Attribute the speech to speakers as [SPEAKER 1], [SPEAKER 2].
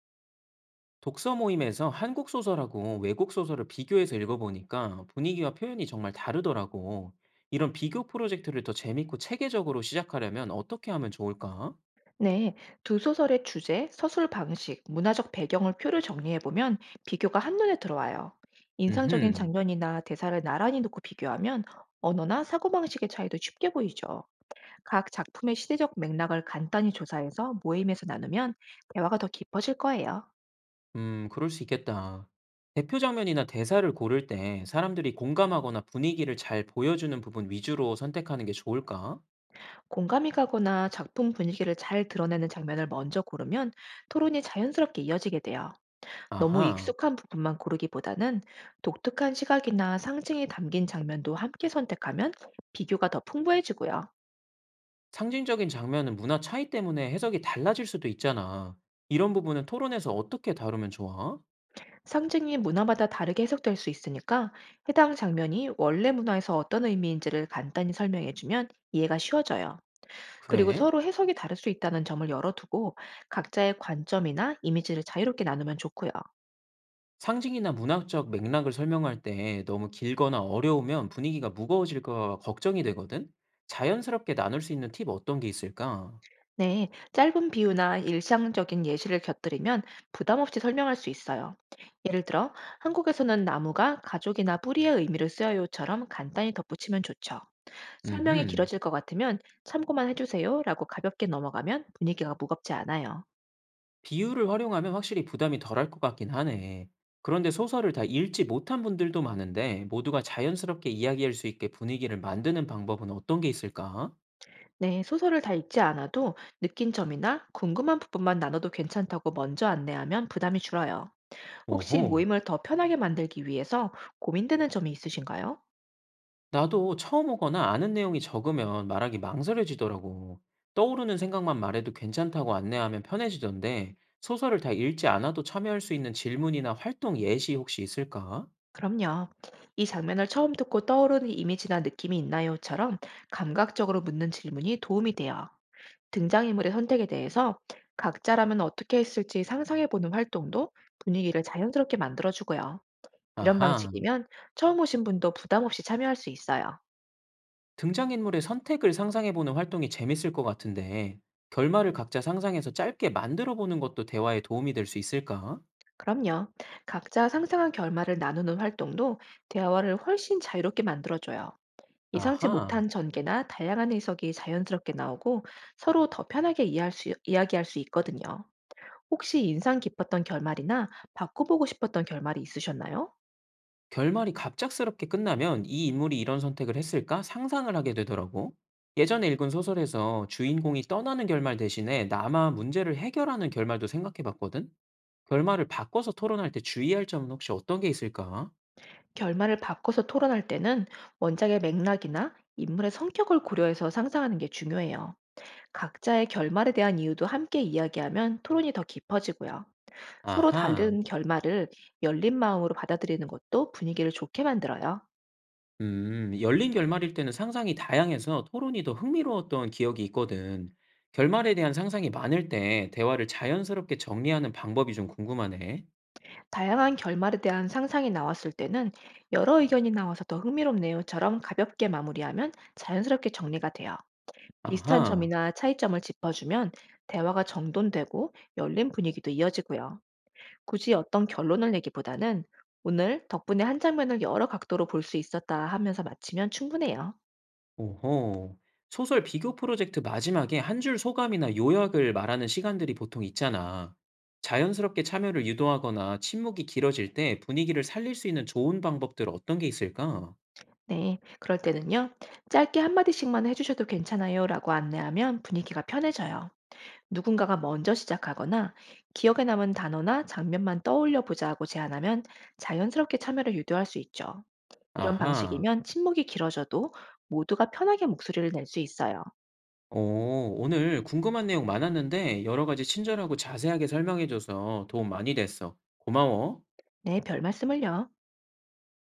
[SPEAKER 1] 독서 모임에서 한국 소설하고 외국 소설을 비교해서 읽어보니까 분위기와 표현이 정말 다르더라고. 이런 비교 프로젝트를 더 재밌고 체계적으로 시작하려면 어떻게 하면 좋을까?
[SPEAKER 2] 네, 두 소설의 주제, 서술 방식, 문화적 배경을 표로 정리해보면 비교가 한눈에 들어와요. 인상적인
[SPEAKER 1] 음흠,
[SPEAKER 2] 장면이나 대사를 나란히 놓고 비교하면 언어나 사고방식의 차이도 쉽게 보이죠. 각 작품의 시대적 맥락을 간단히 조사해서 모임에서 나누면 대화가 더 깊어질 거예요.
[SPEAKER 1] 그럴 수 있겠다. 대표 장면이나 대사를 고를 때 사람들이 공감하거나 분위기를 잘 보여주는 부분 위주로 선택하는 게 좋을까?
[SPEAKER 2] 공감이 가거나 작품 분위기를 잘 드러내는 장면을 먼저 고르면 토론이 자연스럽게 이어지게 돼요. 너무
[SPEAKER 1] 아하,
[SPEAKER 2] 익숙한 부분만 고르기보다는 독특한 시각이나 상징이 담긴 장면도 함께 선택하면 비교가 더 풍부해지고요.
[SPEAKER 1] 상징적인 장면은 문화 차이 때문에 해석이 달라질 수도 있잖아. 이런 부분은 토론에서 어떻게 다루면 좋아?
[SPEAKER 2] 상징이 문화마다 다르게 해석될 수 있으니까 해당 장면이 원래 문화에서 어떤 의미인지를 간단히 설명해주면 이해가 쉬워져요. 그리고
[SPEAKER 1] 그래?
[SPEAKER 2] 서로 해석이 다를 수 있다는 점을 열어두고 각자의 관점이나 이미지를 자유롭게 나누면 좋고요.
[SPEAKER 1] 상징이나 문학적 맥락을 설명할 때 너무 길거나 어려우면 분위기가 무거워질까 걱정이 되거든? 자연스럽게 나눌 수 있는 팁 어떤 게 있을까?
[SPEAKER 2] 네, 짧은 비유나 일상적인 예시를 곁들이면 부담 없이 설명할 수 있어요. 예를 들어, 한국에서는 나무가 가족이나 뿌리의 의미를 쓰여요처럼 간단히 덧붙이면 좋죠. 설명이
[SPEAKER 1] 음흠.
[SPEAKER 2] 길어질 것 같으면 참고만 해주세요라고 가볍게 넘어가면 분위기가 무겁지 않아요.
[SPEAKER 1] 비유를 활용하면 확실히 부담이 덜할 것 같긴 하네. 그런데 소설을 다 읽지 못한 분들도 많은데 모두가 자연스럽게 이야기할 수 있게 분위기를 만드는 방법은 어떤 게 있을까?
[SPEAKER 2] 네, 소설을 다 읽지 않아도 느낀 점이나 궁금한 부분만 나눠도 괜찮다고 먼저 안내하면 부담이 줄어요. 혹시
[SPEAKER 1] 오호.
[SPEAKER 2] 모임을 더 편하게 만들기 위해서 고민되는 점이 있으신가요?
[SPEAKER 1] 나도 처음 오거나 아는 내용이 적으면 말하기 망설여지더라고. 떠오르는 생각만 말해도 괜찮다고 안내하면 편해지던데, 소설을 다 읽지 않아도 참여할 수 있는 질문이나 활동 예시 혹시 있을까?
[SPEAKER 2] 그럼요. 이 장면을 처음 듣고 떠오르는 이미지나 느낌이 있나요?처럼 감각적으로 묻는 질문이 도움이 돼요. 등장인물의 선택에 대해서 각자라면 어떻게 했을지 상상해보는 활동도 분위기를 자연스럽게 만들어주고요. 이런
[SPEAKER 1] 아하,
[SPEAKER 2] 방식이면 처음 오신 분도 부담 없이 참여할 수 있어요.
[SPEAKER 1] 등장인물의 선택을 상상해보는 활동이 재밌을 것 같은데, 결말을 각자 상상해서 짧게 만들어보는 것도 대화에 도움이 될 수 있을까?
[SPEAKER 2] 그럼요. 각자 상상한 결말을 나누는 활동도 대화를 훨씬 자유롭게 만들어줘요. 예상치
[SPEAKER 1] 아하.
[SPEAKER 2] 못한 전개나 다양한 해석이 자연스럽게 나오고 서로 더 편하게 이야기할 수 있거든요. 혹시 인상 깊었던 결말이나 바꿔보고 싶었던 결말이 있으셨나요?
[SPEAKER 1] 결말이 갑작스럽게 끝나면 '이 인물이 이런 선택을 했을까?' 상상을 하게 되더라고. 예전에 읽은 소설에서 주인공이 떠나는 결말 대신에 남아 문제를 해결하는 결말도 생각해 봤거든? 결말을 바꿔서 토론할 때 주의할 점은 혹시 어떤 게 있을까?
[SPEAKER 2] 결말을 바꿔서 토론할 때는 원작의 맥락이나 인물의 성격을 고려해서 상상하는 게 중요해요. 각자의 결말에 대한 이유도 함께 이야기하면 토론이 더 깊어지고요. 서로
[SPEAKER 1] 아하.
[SPEAKER 2] 다른 결말을 열린 마음으로 받아들이는 것도 분위기를 좋게 만들어요.
[SPEAKER 1] 음. 열린 결말일 때는 상상이 다양해서 토론이 더 흥미로웠던 기억이 있거든. 결말에 대한 상상이 많을 때 대화를 자연스럽게 정리하는 방법이 좀 궁금하네.
[SPEAKER 2] 다양한 결말에 대한 상상이 나왔을 때는 여러 의견이 나와서 더 흥미롭네요처럼 가볍게 마무리하면 자연스럽게 정리가 돼요. 비슷한
[SPEAKER 1] 아하.
[SPEAKER 2] 점이나 차이점을 짚어주면 대화가 정돈되고 열린 분위기도 이어지고요. 굳이 어떤 결론을 내기보다는 오늘 덕분에 한 장면을 여러 각도로 볼 수 있었다 하면서 마치면 충분해요.
[SPEAKER 1] 오호. 소설 비교 프로젝트 마지막에 한 줄 소감이나 요약을 말하는 시간들이 보통 있잖아. 자연스럽게 참여를 유도하거나 침묵이 길어질 때 분위기를 살릴 수 있는 좋은 방법들 어떤 게 있을까?
[SPEAKER 2] 네, 그럴 때는요. 짧게 한마디씩만 해주셔도 괜찮아요 라고 안내하면 분위기가 편해져요. 누군가가 먼저 시작하거나 기억에 남은 단어나 장면만 떠올려 보자고 제안하면 자연스럽게 참여를 유도할 수 있죠. 이런
[SPEAKER 1] 아하.
[SPEAKER 2] 방식이면 침묵이 길어져도 모두가 편하게 목소리를 낼 수 있어요.
[SPEAKER 1] 오, 오늘 궁금한 내용 많았는데 여러 가지 친절하고 자세하게 설명해줘서 도움 많이 됐어. 고마워.
[SPEAKER 2] 네, 별 말씀을요.